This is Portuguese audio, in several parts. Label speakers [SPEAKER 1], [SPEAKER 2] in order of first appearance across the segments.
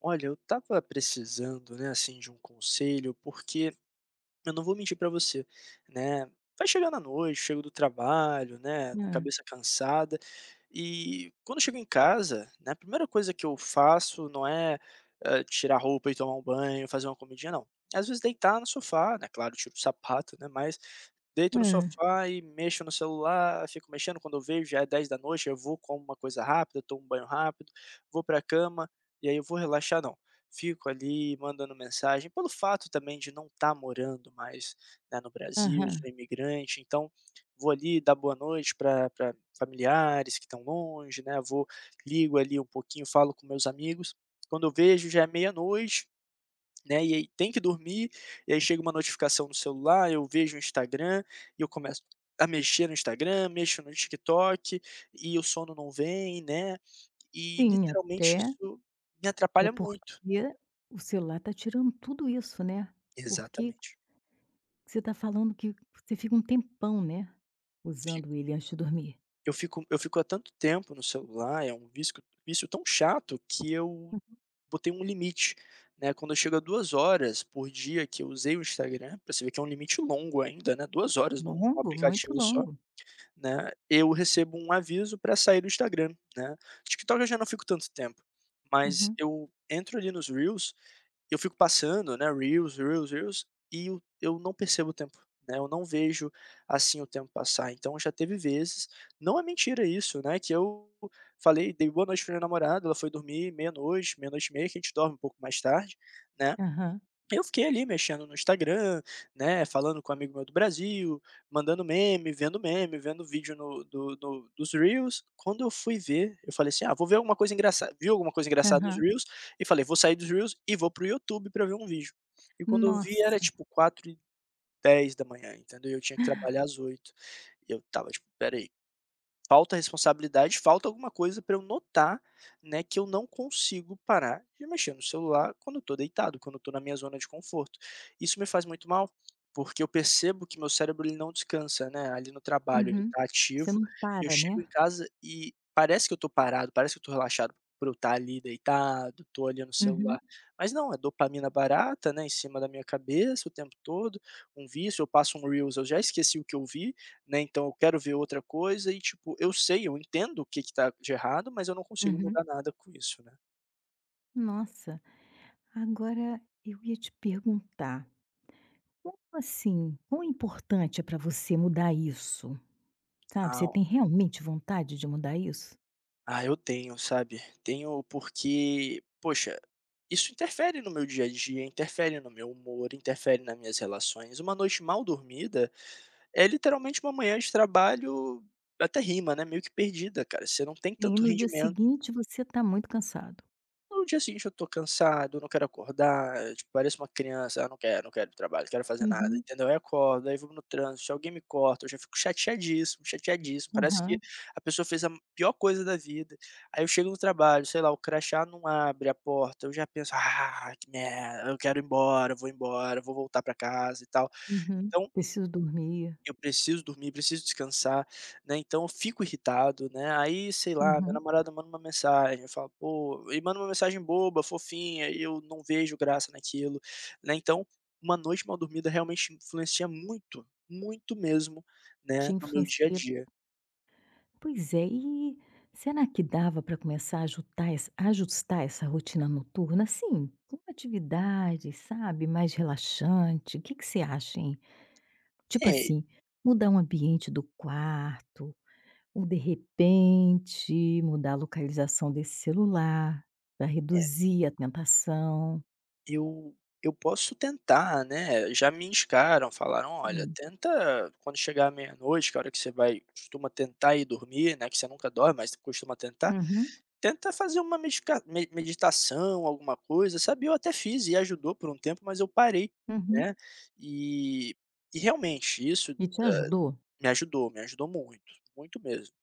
[SPEAKER 1] Olha, eu tava precisando, né, assim, de um conselho, porque eu não vou mentir para você, né? Vai chegando à noite, chego do trabalho, né,
[SPEAKER 2] Hã,
[SPEAKER 1] cabeça cansada, e quando eu chego em casa, né, a primeira coisa que eu faço não é tirar a roupa e tomar um banho, fazer uma comidinha, não. É, às vezes deitar no sofá, né? Claro, tiro o sapato, né? Mas deito no
[SPEAKER 2] hã,
[SPEAKER 1] sofá e mexo no celular, fico mexendo. Quando eu vejo, já é 10 da noite, eu vou, como uma coisa rápida, tomo um banho rápido, vou para a cama, e aí eu vou relaxar, não. Fico ali mandando mensagem, pelo fato também de não estar morando mais, né, no Brasil,
[SPEAKER 2] aham.
[SPEAKER 1] sou imigrante, então vou ali dar boa noite para familiares que estão longe, né, vou ligo ali um pouquinho, falo com meus amigos. Quando eu vejo já é meia-noite, né, e aí tem que dormir, e aí chega uma notificação no celular, eu vejo o Instagram e eu começo a mexer no Instagram, mexo no TikTok e o sono não vem, né, e
[SPEAKER 2] Sim,
[SPEAKER 1] literalmente
[SPEAKER 2] até
[SPEAKER 1] isso me
[SPEAKER 2] até
[SPEAKER 1] atrapalha muito.
[SPEAKER 2] porque o celular tá tirando tudo isso, né. Porque
[SPEAKER 1] Exatamente.
[SPEAKER 2] você tá falando que você fica um tempão, né, usando
[SPEAKER 1] Fico.
[SPEAKER 2] ele antes de dormir.
[SPEAKER 1] Eu fico há tanto tempo no celular, é um vício tão chato que eu botei um limite, né, quando chega 2 horas por dia que eu usei o Instagram, pra você ver que é um limite longo ainda, né, 2 horas num
[SPEAKER 2] Longo, muito
[SPEAKER 1] aplicativo só,
[SPEAKER 2] longo.
[SPEAKER 1] né, eu recebo um aviso pra sair do Instagram, né. TikTok eu já não fico tanto tempo, mas
[SPEAKER 2] Uhum.
[SPEAKER 1] eu entro ali nos reels. Eu fico passando, né, reels, reels, reels, e eu não percebo o tempo, né, eu não vejo, assim, o tempo passar. Então já teve vezes, não é mentira isso, né, que eu falei, dei boa noite pra minha namorada, ela foi dormir meia-noite, meia-noite e meia, que a gente dorme um pouco mais tarde, né,
[SPEAKER 2] Aham,
[SPEAKER 1] eu fiquei ali mexendo no Instagram, né, falando com um amigo meu do Brasil, mandando meme, vendo vídeo no do do dos reels. Quando eu fui ver, eu falei assim: "Ah, vou ver alguma coisa engraçada", vi alguma coisa engraçada nos
[SPEAKER 2] aham.
[SPEAKER 1] reels e falei: "Vou sair dos reels e vou pro YouTube para ver um vídeo". E quando eu vi era
[SPEAKER 2] Nossa.
[SPEAKER 1] tipo 4h10 da manhã, entendeu, e eu tinha que trabalhar às 8h. E eu tava tipo: "Espera aí, falta responsabilidade, falta alguma coisa para eu notar, né, que eu não consigo parar de mexer no celular quando eu tô deitado, quando eu tô na minha zona de conforto. Isso me faz muito mal, porque eu percebo que meu cérebro, ele não descansa, né, ali no trabalho ele
[SPEAKER 2] Uhum.
[SPEAKER 1] tá
[SPEAKER 2] Você
[SPEAKER 1] ativo,
[SPEAKER 2] não
[SPEAKER 1] e eu
[SPEAKER 2] para,
[SPEAKER 1] chego
[SPEAKER 2] né.
[SPEAKER 1] em casa e parece que eu tô parado, parece que eu tô relaxado por eu estar ali deitado, tô olhando o
[SPEAKER 2] Uhum,
[SPEAKER 1] celular, mas não, é dopamina barata, né, em cima da minha cabeça o tempo todo, um vício, eu passo um reels, eu já esqueci o que eu vi, né, então eu quero ver outra coisa e, tipo, eu sei, eu entendo o que que tá de errado, mas eu não consigo
[SPEAKER 2] uhum.
[SPEAKER 1] mudar nada com isso, né.
[SPEAKER 2] Nossa, agora eu ia te perguntar, como assim, quão importante é pra você mudar isso? Sabe, você
[SPEAKER 1] Ah
[SPEAKER 2] tem realmente vontade de mudar isso?
[SPEAKER 1] ah, eu tenho, sabe. Tenho porque, poxa, isso interfere no meu dia a dia, interfere no meu humor, interfere nas minhas relações. Uma noite mal dormida é literalmente uma manhã de trabalho, até rima, né, meio que perdida, cara. Você não tem
[SPEAKER 2] E
[SPEAKER 1] tanto
[SPEAKER 2] no dia
[SPEAKER 1] rendimento.
[SPEAKER 2] seguinte você está muito cansado.
[SPEAKER 1] No dia seguinte eu tô cansado, não quero acordar, tipo, pareço uma criança: "Ah, não quero, não quero ir para trabalho, não quero fazer nada",
[SPEAKER 2] Uhum,
[SPEAKER 1] entendeu. Aí acordo, aí vou no trânsito, se alguém me corta, eu já fico chateadíssimo, chateadíssimo, parece que
[SPEAKER 2] aham,
[SPEAKER 1] a pessoa fez a pior coisa da vida. Aí eu chego no trabalho, sei lá, o crachá não abre a porta, eu já penso: "Ah, que merda, eu quero ir embora, eu vou voltar para casa e tal".
[SPEAKER 2] uhum.
[SPEAKER 1] Então
[SPEAKER 2] Preciso dormir.
[SPEAKER 1] eu preciso dormir, preciso descansar, né, então eu fico irritado, né, aí, sei lá, minha
[SPEAKER 2] Uhum.
[SPEAKER 1] namorada manda uma mensagem, eu falo: "Pô" e manda uma mensagem boba, fofinha, e eu não vejo graça naquilo, né, então, uma noite mal dormida realmente influencia muito, muito mesmo,
[SPEAKER 2] Te
[SPEAKER 1] né, no meu dia a
[SPEAKER 2] influencia.
[SPEAKER 1] dia.
[SPEAKER 2] Pois é, e será que dava para começar a ajutar ess ajustar essa rotina noturna, assim, com atividade, sabe, mais relaxante? O que que você acha, hein? Tipo
[SPEAKER 1] É,
[SPEAKER 2] assim, mudar o ambiente do quarto, ou de repente, mudar a localização desse celular, para
[SPEAKER 1] é,
[SPEAKER 2] reduzir a tentação.
[SPEAKER 1] eu eu posso tentar, né, já me indicaram, falaram: "Olha,
[SPEAKER 2] Hum.
[SPEAKER 1] tenta quando chegar à meia-noite, que é a hora que você vai costuma tentar ir dormir, né, que você nunca dorme, mas costuma tentar.
[SPEAKER 2] Uhum,
[SPEAKER 1] Tenta fazer uma medica me meditação, alguma coisa, sabe". Eu até fiz e ajudou por um tempo, mas eu parei,
[SPEAKER 2] uhum.
[SPEAKER 1] né, e e realmente isso
[SPEAKER 2] E te ajudou?
[SPEAKER 1] me ajudou muito, muito mesmo,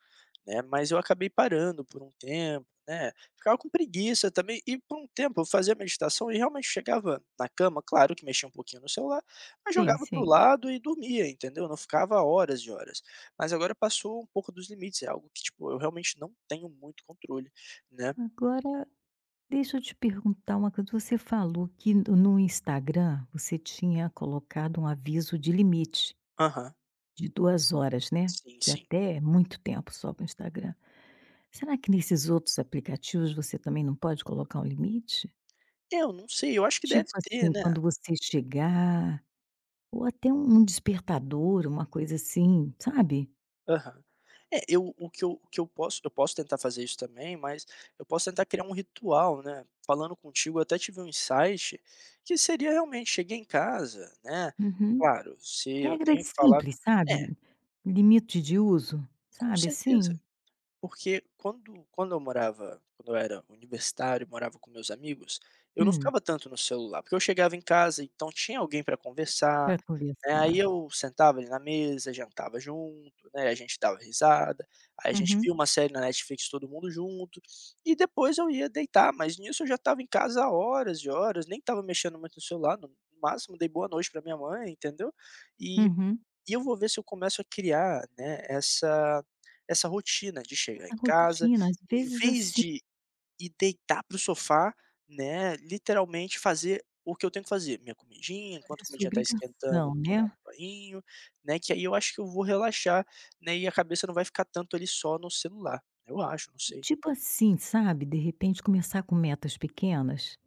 [SPEAKER 1] né, mas eu acabei parando por um tempo, né, ficava com preguiça também, e por um tempo eu fazia meditação e realmente chegava na cama, claro que mexia um pouquinho no celular, mas
[SPEAKER 2] Sim,
[SPEAKER 1] jogava pro
[SPEAKER 2] sim.
[SPEAKER 1] lado e dormia, entendeu, não ficava horas e horas. Mas agora passou um pouco dos limites, é algo que, tipo, eu realmente não tenho muito controle, né.
[SPEAKER 2] Agora, deixa eu te perguntar uma coisa, você falou que no Instagram, você tinha colocado um aviso de limite
[SPEAKER 1] Aham.
[SPEAKER 2] de 2 horas, né,
[SPEAKER 1] Sim,
[SPEAKER 2] que
[SPEAKER 1] sim.
[SPEAKER 2] até é muito tempo só para o Instagram. Será que nesses outros aplicativos você também não pode colocar um limite?
[SPEAKER 1] É, eu não sei, eu acho que
[SPEAKER 2] Tipo
[SPEAKER 1] deve ter,
[SPEAKER 2] assim,
[SPEAKER 1] né.
[SPEAKER 2] quando você chegar, ou até um despertador, uma coisa assim, sabe.
[SPEAKER 1] Aham. É, eu o que eu o que eu posso tentar fazer isso também, mas eu posso tentar criar um ritual, né. Falando contigo, eu até tive um insight, que seria realmente chegar em casa, né,
[SPEAKER 2] Uhum.
[SPEAKER 1] claro, se eu tenho que
[SPEAKER 2] Regras
[SPEAKER 1] falar
[SPEAKER 2] simples,
[SPEAKER 1] é,
[SPEAKER 2] sabe. Limite de uso,
[SPEAKER 1] com
[SPEAKER 2] sabe,
[SPEAKER 1] certeza.
[SPEAKER 2] assim.
[SPEAKER 1] Porque quando eu morava, quando eu era universitário, morava com meus amigos, eu não
[SPEAKER 2] Hum.
[SPEAKER 1] ficava tanto no celular, porque eu chegava em casa, então tinha alguém para
[SPEAKER 2] Pra
[SPEAKER 1] conversar, né, aí
[SPEAKER 2] conversar.
[SPEAKER 1] eu sentava ali na mesa, jantava junto, né, a gente dava risada, aí a gente via
[SPEAKER 2] Uhum,
[SPEAKER 1] uma série na Netflix todo mundo junto, e depois eu ia deitar, mas nisso eu já estava em casa há horas e horas, nem estava mexendo muito no celular, no máximo dei boa noite para minha mãe, entendeu, e
[SPEAKER 2] uhum.
[SPEAKER 1] e eu vou ver se eu começo a criar, né, essa rotina de chegar em
[SPEAKER 2] Essa
[SPEAKER 1] casa,
[SPEAKER 2] rotina, às
[SPEAKER 1] em
[SPEAKER 2] vezes,
[SPEAKER 1] vez
[SPEAKER 2] assim,
[SPEAKER 1] de ir deitar para o sofá, né, literalmente fazer o que eu tenho que fazer, minha comidinha, enquanto
[SPEAKER 2] fazer
[SPEAKER 1] a
[SPEAKER 2] sua
[SPEAKER 1] comidinha está esquentando,
[SPEAKER 2] obrigação,
[SPEAKER 1] tomar
[SPEAKER 2] né.
[SPEAKER 1] um banho, né, que aí eu acho que eu vou relaxar, né, e a cabeça não vai ficar tanto ali só no celular. Eu acho, não
[SPEAKER 2] E
[SPEAKER 1] sei.
[SPEAKER 2] tipo assim, sabe, de repente começar com metas pequenas.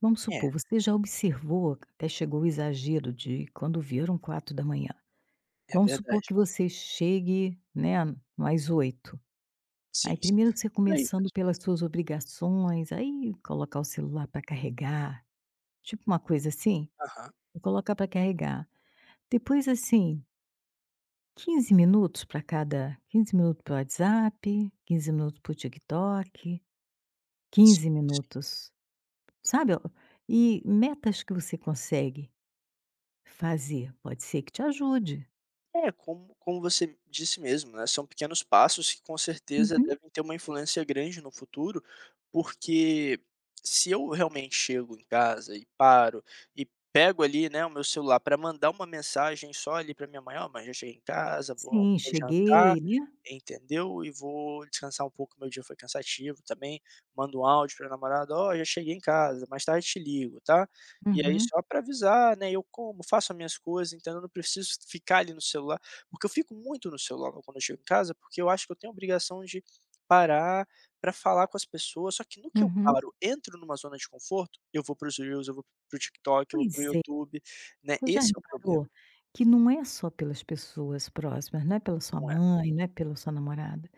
[SPEAKER 2] Vamos
[SPEAKER 1] É,
[SPEAKER 2] supor, você já observou, até chegou o exagero de quando viram 4 da manhã.
[SPEAKER 1] é
[SPEAKER 2] Vamos supor que
[SPEAKER 1] verdade.
[SPEAKER 2] você chegue, né, mais 8. Aí
[SPEAKER 1] Sim, sim.
[SPEAKER 2] primeiro você
[SPEAKER 1] Por aí
[SPEAKER 2] começando
[SPEAKER 1] mesmo.
[SPEAKER 2] pelas suas obrigações, aí colocar o celular para carregar, tipo uma coisa assim,
[SPEAKER 1] Aham.
[SPEAKER 2] e colocar para carregar. Depois assim, 15 minutos para cada, 15 minutos para o WhatsApp, 15 minutos para o TikTok,
[SPEAKER 1] Sim,
[SPEAKER 2] 15 minutos, sabe? Ó, e metas que você consegue fazer, pode ser que te ajude.
[SPEAKER 1] é, como você disse mesmo, né, são pequenos passos que com certeza
[SPEAKER 2] Uhum.
[SPEAKER 1] devem ter uma influência grande no futuro, porque se eu realmente chego em casa e paro e pego ali, né, o meu celular para mandar uma mensagem só ali para minha mãe: "Ó, mãe, já cheguei em casa,
[SPEAKER 2] Sim,
[SPEAKER 1] vou
[SPEAKER 2] cheguei,
[SPEAKER 1] jantar,
[SPEAKER 2] né?
[SPEAKER 1] entendeu, e vou descansar um pouco, meu dia foi cansativo também". Mando um áudio pra namorada: "Ó, já cheguei em casa, mais tarde te ligo, tá?". E aí
[SPEAKER 2] Uhum.
[SPEAKER 1] só para avisar, né, eu como, faço as minhas coisas, entendeu, eu não preciso ficar ali no celular, porque eu fico muito no celular quando eu chego em casa, porque eu acho que eu tenho a obrigação de parar para falar com as pessoas, só que no que eu
[SPEAKER 2] Uhum.
[SPEAKER 1] paro, entro numa zona de conforto, eu vou para os reels, eu vou para o TikTok, eu vou para o
[SPEAKER 2] Pois,
[SPEAKER 1] YouTube, né,
[SPEAKER 2] você já
[SPEAKER 1] esse é o problema,
[SPEAKER 2] reparou que não é só pelas pessoas próximas, não é pela sua
[SPEAKER 1] não é?
[SPEAKER 2] mãe, não é pela sua namorada,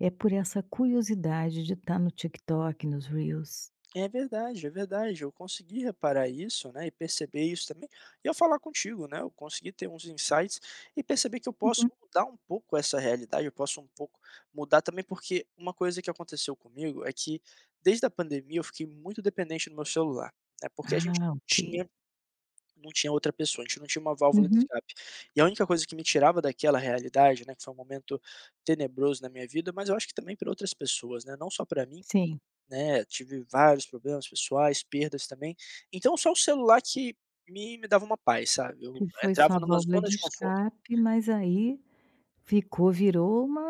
[SPEAKER 2] é por essa curiosidade de estar no TikTok, nos reels.
[SPEAKER 1] É verdade, é verdade. Eu consegui reparar isso, né, e perceber isso também. E ao falar contigo, né, eu consegui ter uns insights e perceber que eu posso
[SPEAKER 2] Uhum.
[SPEAKER 1] mudar um pouco essa realidade, eu posso um pouco mudar também, porque uma coisa que aconteceu comigo é que desde a pandemia eu fiquei muito dependente do meu celular, né, porque a gente
[SPEAKER 2] Ah,
[SPEAKER 1] não
[SPEAKER 2] ok.
[SPEAKER 1] tinha não tinha outra pessoa, a gente não tinha uma válvula de
[SPEAKER 2] Uhum,
[SPEAKER 1] escape. E a única coisa que me tirava daquela realidade, né, que foi um momento tenebroso na minha vida, mas eu acho que também para outras pessoas, né, não só para mim,
[SPEAKER 2] sim,
[SPEAKER 1] né, tive vários problemas pessoais, perdas também, então só o celular que me dava uma paz, sabe,
[SPEAKER 2] que
[SPEAKER 1] eu
[SPEAKER 2] foi sua
[SPEAKER 1] entrava numa
[SPEAKER 2] válvula
[SPEAKER 1] zona
[SPEAKER 2] de
[SPEAKER 1] de conforto.
[SPEAKER 2] escape, mas aí ficou, virou uma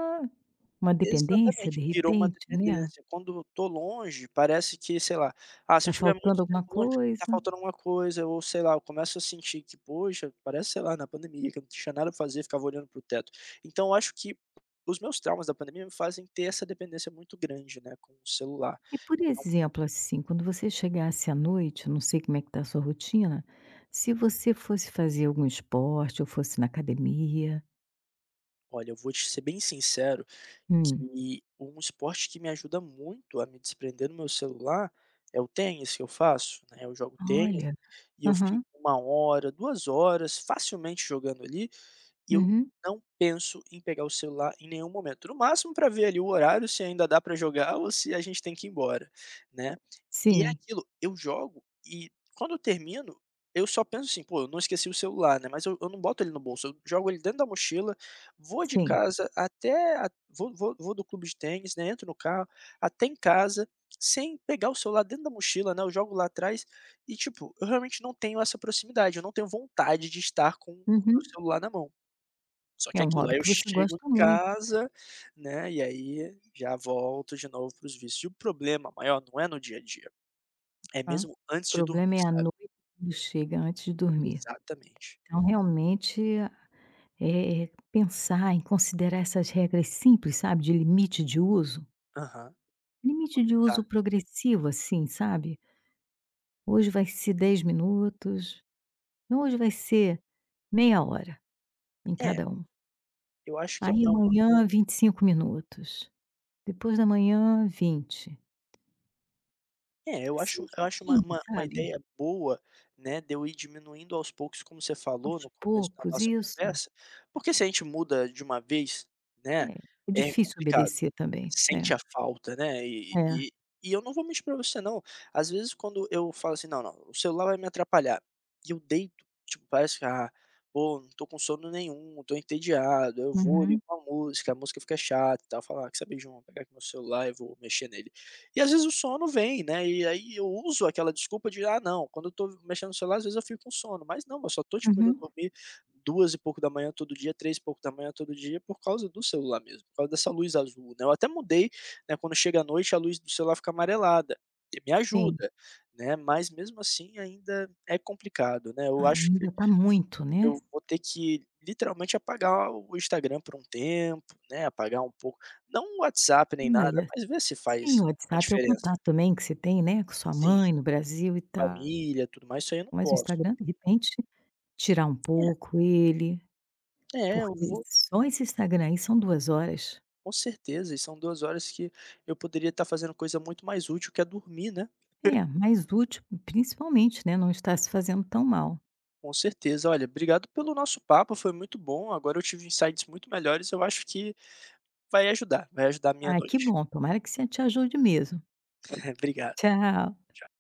[SPEAKER 2] dependência
[SPEAKER 1] Exatamente,
[SPEAKER 2] de
[SPEAKER 1] virou uma
[SPEAKER 2] repente, né.
[SPEAKER 1] dependência. Quando eu tô longe, parece que, sei lá, ah, se
[SPEAKER 2] Tá
[SPEAKER 1] eu tiver
[SPEAKER 2] faltando
[SPEAKER 1] muito
[SPEAKER 2] alguma
[SPEAKER 1] tempo longe,
[SPEAKER 2] coisa.
[SPEAKER 1] tá faltando alguma coisa, ou sei lá, eu começo a sentir que, poxa, parece, sei lá, na pandemia, que eu não tinha nada pra fazer, ficava olhando pro teto. Então eu acho que os meus traumas da pandemia me fazem ter essa dependência muito grande, né, com o celular.
[SPEAKER 2] E por exemplo, assim, quando você chegasse à noite, eu não sei como é que tá a sua rotina, se você fosse fazer algum esporte ou fosse na academia.
[SPEAKER 1] Olha, eu vou te ser bem sincero.
[SPEAKER 2] Hum,
[SPEAKER 1] Que um esporte que me ajuda muito a me desprender do meu celular é o tênis que eu faço, né, eu jogo tênis
[SPEAKER 2] olha,
[SPEAKER 1] e eu
[SPEAKER 2] aham,
[SPEAKER 1] fico 1 hora, 2 horas facilmente jogando ali, e eu
[SPEAKER 2] uhum,
[SPEAKER 1] não penso em pegar o celular em nenhum momento. No máximo para ver ali o horário, se ainda dá para jogar ou se a gente tem que ir embora, né. E é
[SPEAKER 2] sim,
[SPEAKER 1] aquilo, eu jogo e quando eu termino, eu só penso assim: "Pô, eu não esqueci o celular, né", mas eu não boto ele no bolso, eu jogo ele dentro da mochila, vou de
[SPEAKER 2] sim,
[SPEAKER 1] casa até a, vou do clube de tênis, né, entro no carro, até em casa, sem pegar o celular dentro da mochila, né, eu jogo lá atrás e, tipo, eu realmente não tenho essa proximidade, eu não tenho vontade de estar com o meu
[SPEAKER 2] uhum.
[SPEAKER 1] celular na mão. Só
[SPEAKER 2] É
[SPEAKER 1] que é
[SPEAKER 2] um
[SPEAKER 1] aquilo,
[SPEAKER 2] hobby
[SPEAKER 1] aí eu
[SPEAKER 2] que você
[SPEAKER 1] chego em
[SPEAKER 2] gosta muito,
[SPEAKER 1] casa, né, e aí já volto de novo para os vícios. E o problema maior não é no dia a dia. É
[SPEAKER 2] hã.
[SPEAKER 1] mesmo
[SPEAKER 2] O
[SPEAKER 1] antes de dormir,
[SPEAKER 2] problema é a
[SPEAKER 1] sabe.
[SPEAKER 2] noite, quando chega antes de dormir.
[SPEAKER 1] Exatamente.
[SPEAKER 2] Então realmente, é pensar em considerar essas regras simples, sabe, de
[SPEAKER 1] Aham, vou
[SPEAKER 2] limite de
[SPEAKER 1] tentar.
[SPEAKER 2] uso progressivo, assim, sabe. Hoje vai ser 10 minutos. Não, hoje vai ser meia hora em
[SPEAKER 1] É,
[SPEAKER 2] cada um.
[SPEAKER 1] eu acho que
[SPEAKER 2] Aí amanhã 25 minutos, depois da manhã 20.
[SPEAKER 1] eu
[SPEAKER 2] Assim
[SPEAKER 1] acho
[SPEAKER 2] aos
[SPEAKER 1] eu acho uma
[SPEAKER 2] pouquinhos,
[SPEAKER 1] uma
[SPEAKER 2] sabe,
[SPEAKER 1] ideia boa, né, de eu ir diminuindo aos poucos, como você falou
[SPEAKER 2] aos
[SPEAKER 1] no começo da
[SPEAKER 2] poucos,
[SPEAKER 1] nossa
[SPEAKER 2] isso.
[SPEAKER 1] conversa, porque se a gente muda de uma vez, né,
[SPEAKER 2] É, é
[SPEAKER 1] é
[SPEAKER 2] difícil
[SPEAKER 1] complicado.
[SPEAKER 2] obedecer também. É,
[SPEAKER 1] Sente a falta, né, e
[SPEAKER 2] é.
[SPEAKER 1] e e eu não vou mentir pra você não, às vezes quando eu falo assim: "Não, não, o celular vai me atrapalhar", e eu deito, tipo, parece que, ah, pô, não tô com sono nenhum, tô entediado, eu vou
[SPEAKER 2] Uhum,
[SPEAKER 1] ligo uma música, a música fica chata e tal, falar: "Ah, quer saber, de vou pegar aqui meu celular e vou mexer nele". E às vezes o sono vem, né, e aí eu uso aquela desculpa de: "Ah não, quando eu tô mexendo no celular às vezes eu fico com sono", mas não, eu só tô, tipo, indo
[SPEAKER 2] uhum,
[SPEAKER 1] dormir 2 e pouco da manhã todo dia, 3 e pouco da manhã todo dia, por causa do celular mesmo, por causa dessa luz azul, né. Eu até mudei, né, quando chega à noite a luz do celular fica amarelada, e me
[SPEAKER 2] sim.
[SPEAKER 1] ajuda, né, mas mesmo assim ainda é complicado, né. Eu acho que
[SPEAKER 2] Ainda tá muito,
[SPEAKER 1] eu
[SPEAKER 2] né.
[SPEAKER 1] vou ter que literalmente apagar o Instagram por um tempo, né, apagar um pouco, não o WhatsApp nem nada,
[SPEAKER 2] Olha,
[SPEAKER 1] mas ver se
[SPEAKER 2] sim,
[SPEAKER 1] faz
[SPEAKER 2] o
[SPEAKER 1] uma
[SPEAKER 2] WhatsApp é o
[SPEAKER 1] diferença.
[SPEAKER 2] contato também que você tem, né, com sua
[SPEAKER 1] Sim,
[SPEAKER 2] mãe no Brasil e tal,
[SPEAKER 1] família, tudo mais, isso aí eu não
[SPEAKER 2] mas o
[SPEAKER 1] posso.
[SPEAKER 2] Instagram, de repente, tirar um pouco ele.
[SPEAKER 1] É, eu
[SPEAKER 2] Porque
[SPEAKER 1] vou.
[SPEAKER 2] só esse Instagram aí são 2 horas.
[SPEAKER 1] Com certeza, e são 2 horas que eu poderia estar fazendo coisa muito mais útil, que é dormir, né.
[SPEAKER 2] É, mais útil, principalmente, né, não está se fazendo tão mal.
[SPEAKER 1] Com certeza. Olha, obrigado pelo nosso papo, foi muito bom, agora eu tive insights muito melhores, eu acho que vai ajudar a minha
[SPEAKER 2] Ah, que
[SPEAKER 1] noite.
[SPEAKER 2] bom, tomara que você te ajude mesmo.
[SPEAKER 1] Obrigado.
[SPEAKER 2] Tchau.